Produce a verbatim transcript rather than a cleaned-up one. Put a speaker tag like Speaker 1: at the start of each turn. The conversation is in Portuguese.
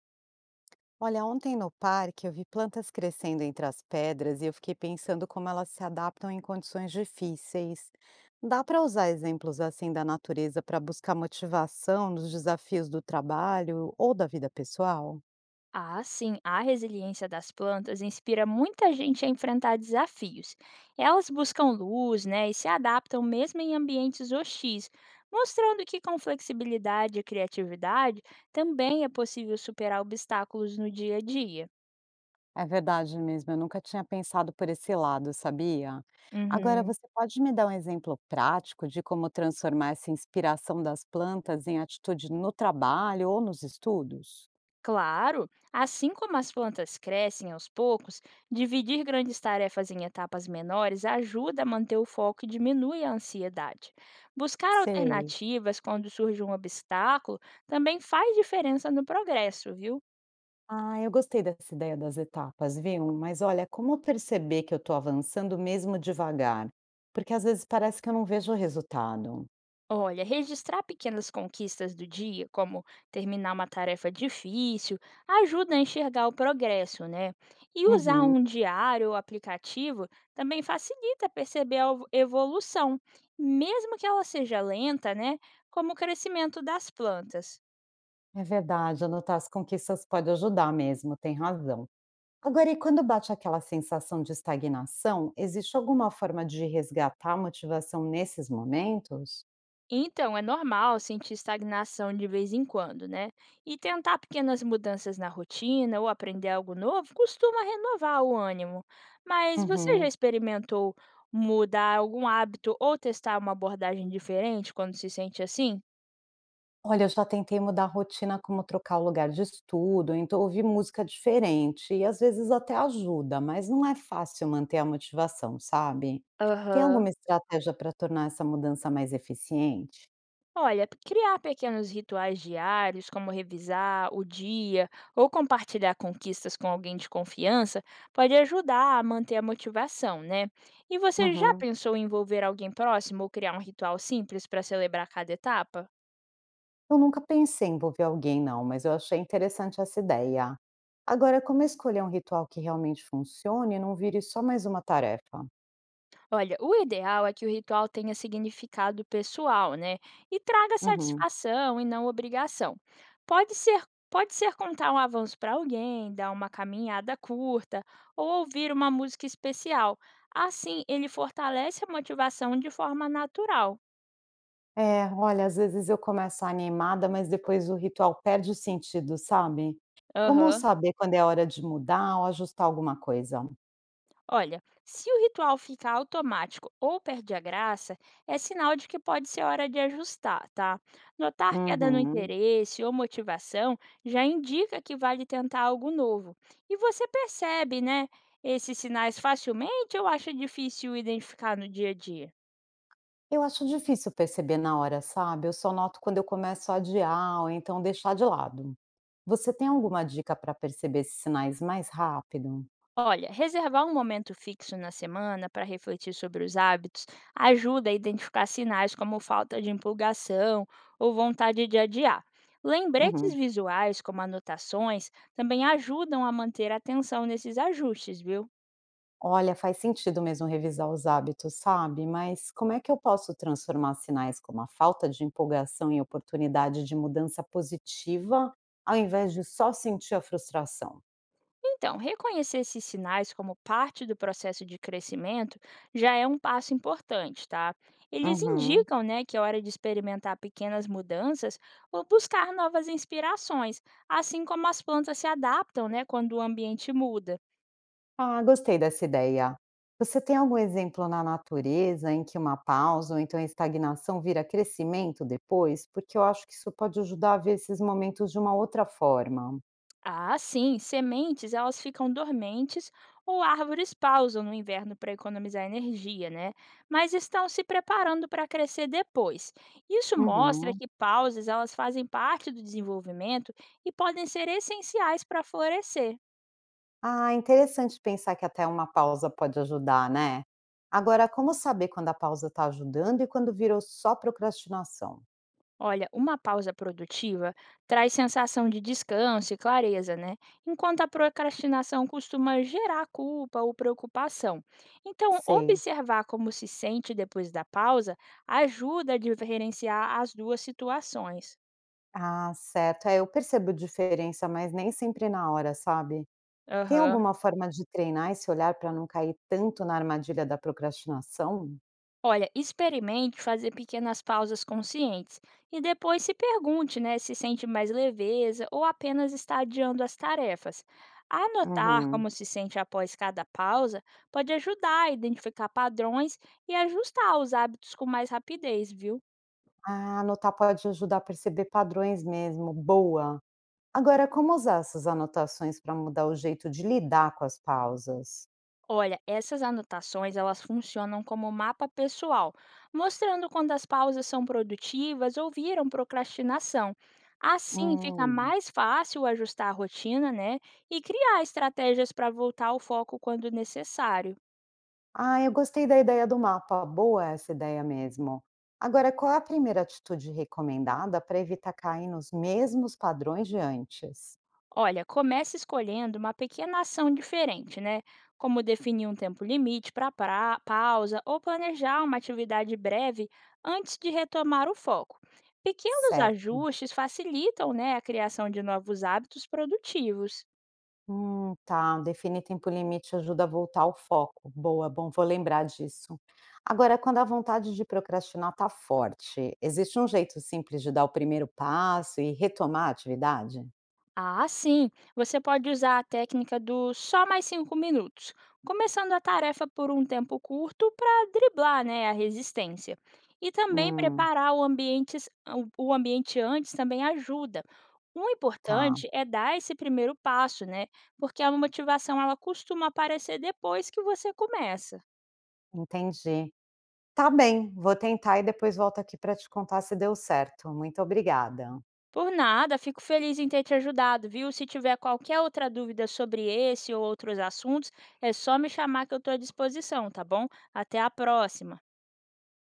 Speaker 1: Olha, ontem no parque eu vi plantas crescendo entre as pedras e eu fiquei pensando como elas se adaptam em condições difíceis. Dá para usar exemplos assim da natureza para buscar motivação nos desafios do trabalho ou da vida pessoal?
Speaker 2: Ah, sim, a resiliência das plantas inspira muita gente a enfrentar desafios. Elas buscam luz, né, e se adaptam mesmo em ambientes hostis, mostrando que com flexibilidade e criatividade também é possível superar obstáculos no dia a dia.
Speaker 1: É verdade mesmo, eu nunca tinha pensado por esse lado, sabia? Agora,
Speaker 2: Uhum.
Speaker 1: você pode me dar um exemplo prático de como transformar essa inspiração das plantas em atitude no trabalho ou nos estudos?
Speaker 2: Claro, assim como as plantas crescem aos poucos, dividir grandes tarefas em etapas menores ajuda a manter o foco e diminui a ansiedade. Buscar
Speaker 1: Sei.
Speaker 2: alternativas quando surge um obstáculo também faz diferença no progresso, viu?
Speaker 1: Ah, eu gostei dessa ideia das etapas, viu? Mas olha, como perceber que eu estou avançando mesmo devagar? Porque às vezes parece que eu não vejo o resultado.
Speaker 2: Olha, registrar pequenas conquistas do dia, como terminar uma tarefa difícil, ajuda a enxergar o progresso, né? E usar
Speaker 1: Uhum,
Speaker 2: um diário ou aplicativo também facilita perceber a evo- evolução, mesmo que ela seja lenta, né? Como o crescimento das plantas.
Speaker 1: é verdade, anotar as conquistas pode ajudar mesmo, tem razão. Agora, e quando bate aquela sensação de estagnação, existe alguma forma de resgatar a motivação nesses momentos?
Speaker 2: Então, é normal sentir estagnação de vez em quando, né? E tentar pequenas mudanças na rotina ou aprender algo novo costuma renovar o ânimo. Mas você já
Speaker 1: Uhum.
Speaker 2: experimentou mudar algum hábito ou testar uma abordagem diferente quando se sente assim?
Speaker 1: Olha, eu já tentei mudar a rotina, como trocar o lugar de estudo, então ouvir música diferente, e às vezes até ajuda, mas não é fácil manter a motivação, sabe. Tem
Speaker 2: Aham.
Speaker 1: alguma estratégia para tornar essa mudança mais eficiente?
Speaker 2: Olha, criar pequenos rituais diários, como revisar o dia ou compartilhar conquistas com alguém de confiança, pode ajudar a manter a motivação, né? E você já
Speaker 1: Uhum.
Speaker 2: pensou em envolver alguém próximo ou criar um ritual simples para celebrar cada etapa?
Speaker 1: Eu nunca pensei em envolver alguém não, mas eu achei interessante essa ideia. Agora, como escolher um ritual que realmente funcione e não vire só mais uma tarefa?
Speaker 2: Olha, o ideal é que o ritual tenha significado pessoal, né? E traga
Speaker 1: Uhum.
Speaker 2: satisfação e não obrigação. Pode ser, pode ser contar um avanço para alguém, dar uma caminhada curta ou ouvir uma música especial. Assim, ele fortalece a motivação de forma natural.
Speaker 1: É, olha, às vezes eu começo animada, mas depois o ritual perde o sentido, sabe? Como
Speaker 2: Aham.
Speaker 1: saber quando é hora de mudar ou ajustar alguma coisa?
Speaker 2: Olha, se o ritual fica automático ou perde a graça, é sinal de que pode ser hora de ajustar, tá? Notar queda no
Speaker 1: Uhum.
Speaker 2: interesse ou motivação já indica que vale tentar algo novo. E você percebe, né, esses sinais facilmente ou acha difícil identificar no dia a dia?
Speaker 1: Eu acho difícil perceber na hora, sabe? Eu só noto quando eu começo a adiar ou então deixar de lado. Você tem alguma dica para perceber esses sinais mais rápido?
Speaker 2: Olha, reservar um momento fixo na semana para refletir sobre os hábitos ajuda a identificar sinais como falta de empolgação ou vontade de adiar. Lembretes
Speaker 1: Uhum.
Speaker 2: visuais, como anotações, também ajudam a manter a atenção nesses ajustes, viu?
Speaker 1: Olha, faz sentido mesmo revisar os hábitos, sabe? Mas como é que eu posso transformar sinais como a falta de empolgação em oportunidade de mudança positiva, ao invés de só sentir a frustração?
Speaker 2: Então, reconhecer esses sinais como parte do processo de crescimento já é um passo importante, tá? Eles
Speaker 1: Uhum.
Speaker 2: indicam, né, que é hora de experimentar pequenas mudanças ou buscar novas inspirações, assim como as plantas se adaptam, né, quando o ambiente muda.
Speaker 1: Ah, gostei dessa ideia. Você tem algum exemplo na natureza em que uma pausa ou então estagnação vira crescimento depois? Porque eu acho que isso pode ajudar a ver esses momentos de uma outra forma.
Speaker 2: Ah, sim, sementes elas ficam dormentes ou árvores pausam no inverno para economizar energia, né? Mas estão se preparando para crescer depois. Isso mostra
Speaker 1: Uhum.
Speaker 2: que pausas elas fazem parte do desenvolvimento e podem ser essenciais para florescer.
Speaker 1: Ah, interessante pensar que até uma pausa pode ajudar, né? Agora, como saber quando a pausa está ajudando e quando virou só procrastinação?
Speaker 2: Olha, uma pausa produtiva traz sensação de descanso e clareza, né? Enquanto a procrastinação costuma gerar culpa ou preocupação. Então,
Speaker 1: Sei.
Speaker 2: observar como se sente depois da pausa ajuda a diferenciar as duas situações.
Speaker 1: Ah, certo. É, eu percebo diferença, mas nem sempre na hora, sabe? Tem
Speaker 2: Aham.
Speaker 1: alguma forma de treinar esse olhar para não cair tanto na armadilha da procrastinação?
Speaker 2: Olha, experimente fazer pequenas pausas conscientes e depois se pergunte, né, se sente mais leveza ou apenas está adiando as tarefas. Anotar
Speaker 1: Uhum.
Speaker 2: como se sente após cada pausa pode ajudar a identificar padrões e ajustar os hábitos com mais rapidez, viu?
Speaker 1: Ah, anotar pode ajudar a perceber padrões mesmo. Boa. Agora, como usar essas anotações para mudar o jeito de lidar com as pausas?
Speaker 2: Olha, essas anotações elas funcionam como mapa pessoal, mostrando quando as pausas são produtivas ou viram procrastinação. Assim fica
Speaker 1: Hum.
Speaker 2: mais fácil ajustar a rotina, né? E criar estratégias para voltar ao foco quando necessário.
Speaker 1: Ah, eu gostei da ideia do mapa, boa essa ideia mesmo. Agora, qual é a primeira atitude recomendada para evitar cair nos mesmos padrões de antes?
Speaker 2: Olha, comece escolhendo uma pequena ação diferente, né? Como definir um tempo limite para pausa ou planejar uma atividade breve antes de retomar o foco. Pequenos
Speaker 1: Certo.
Speaker 2: ajustes facilitam né, a criação de novos hábitos produtivos.
Speaker 1: Hum, tá. Definir tempo limite ajuda a voltar ao foco. Boa, bom, vou lembrar disso. Agora, quando a vontade de procrastinar está forte, existe um jeito simples de dar o primeiro passo e retomar a atividade?
Speaker 2: Ah, sim! Você pode usar a técnica do só mais cinco minutos, começando a tarefa por um tempo curto para driblar né, a resistência. E também
Speaker 1: Hum,
Speaker 2: preparar o ambiente, o o ambiente antes também ajuda. O
Speaker 1: tá.
Speaker 2: importante é dar esse primeiro passo, né? Porque a motivação ela costuma aparecer depois que você começa.
Speaker 1: Entendi. Tá bem, vou tentar e depois volto aqui para te contar se deu certo. Muito obrigada.
Speaker 2: Por nada, fico feliz em ter te ajudado, viu? Se tiver qualquer outra dúvida sobre esse ou outros assuntos, é só me chamar que eu estou à disposição, tá bom? Até a próxima!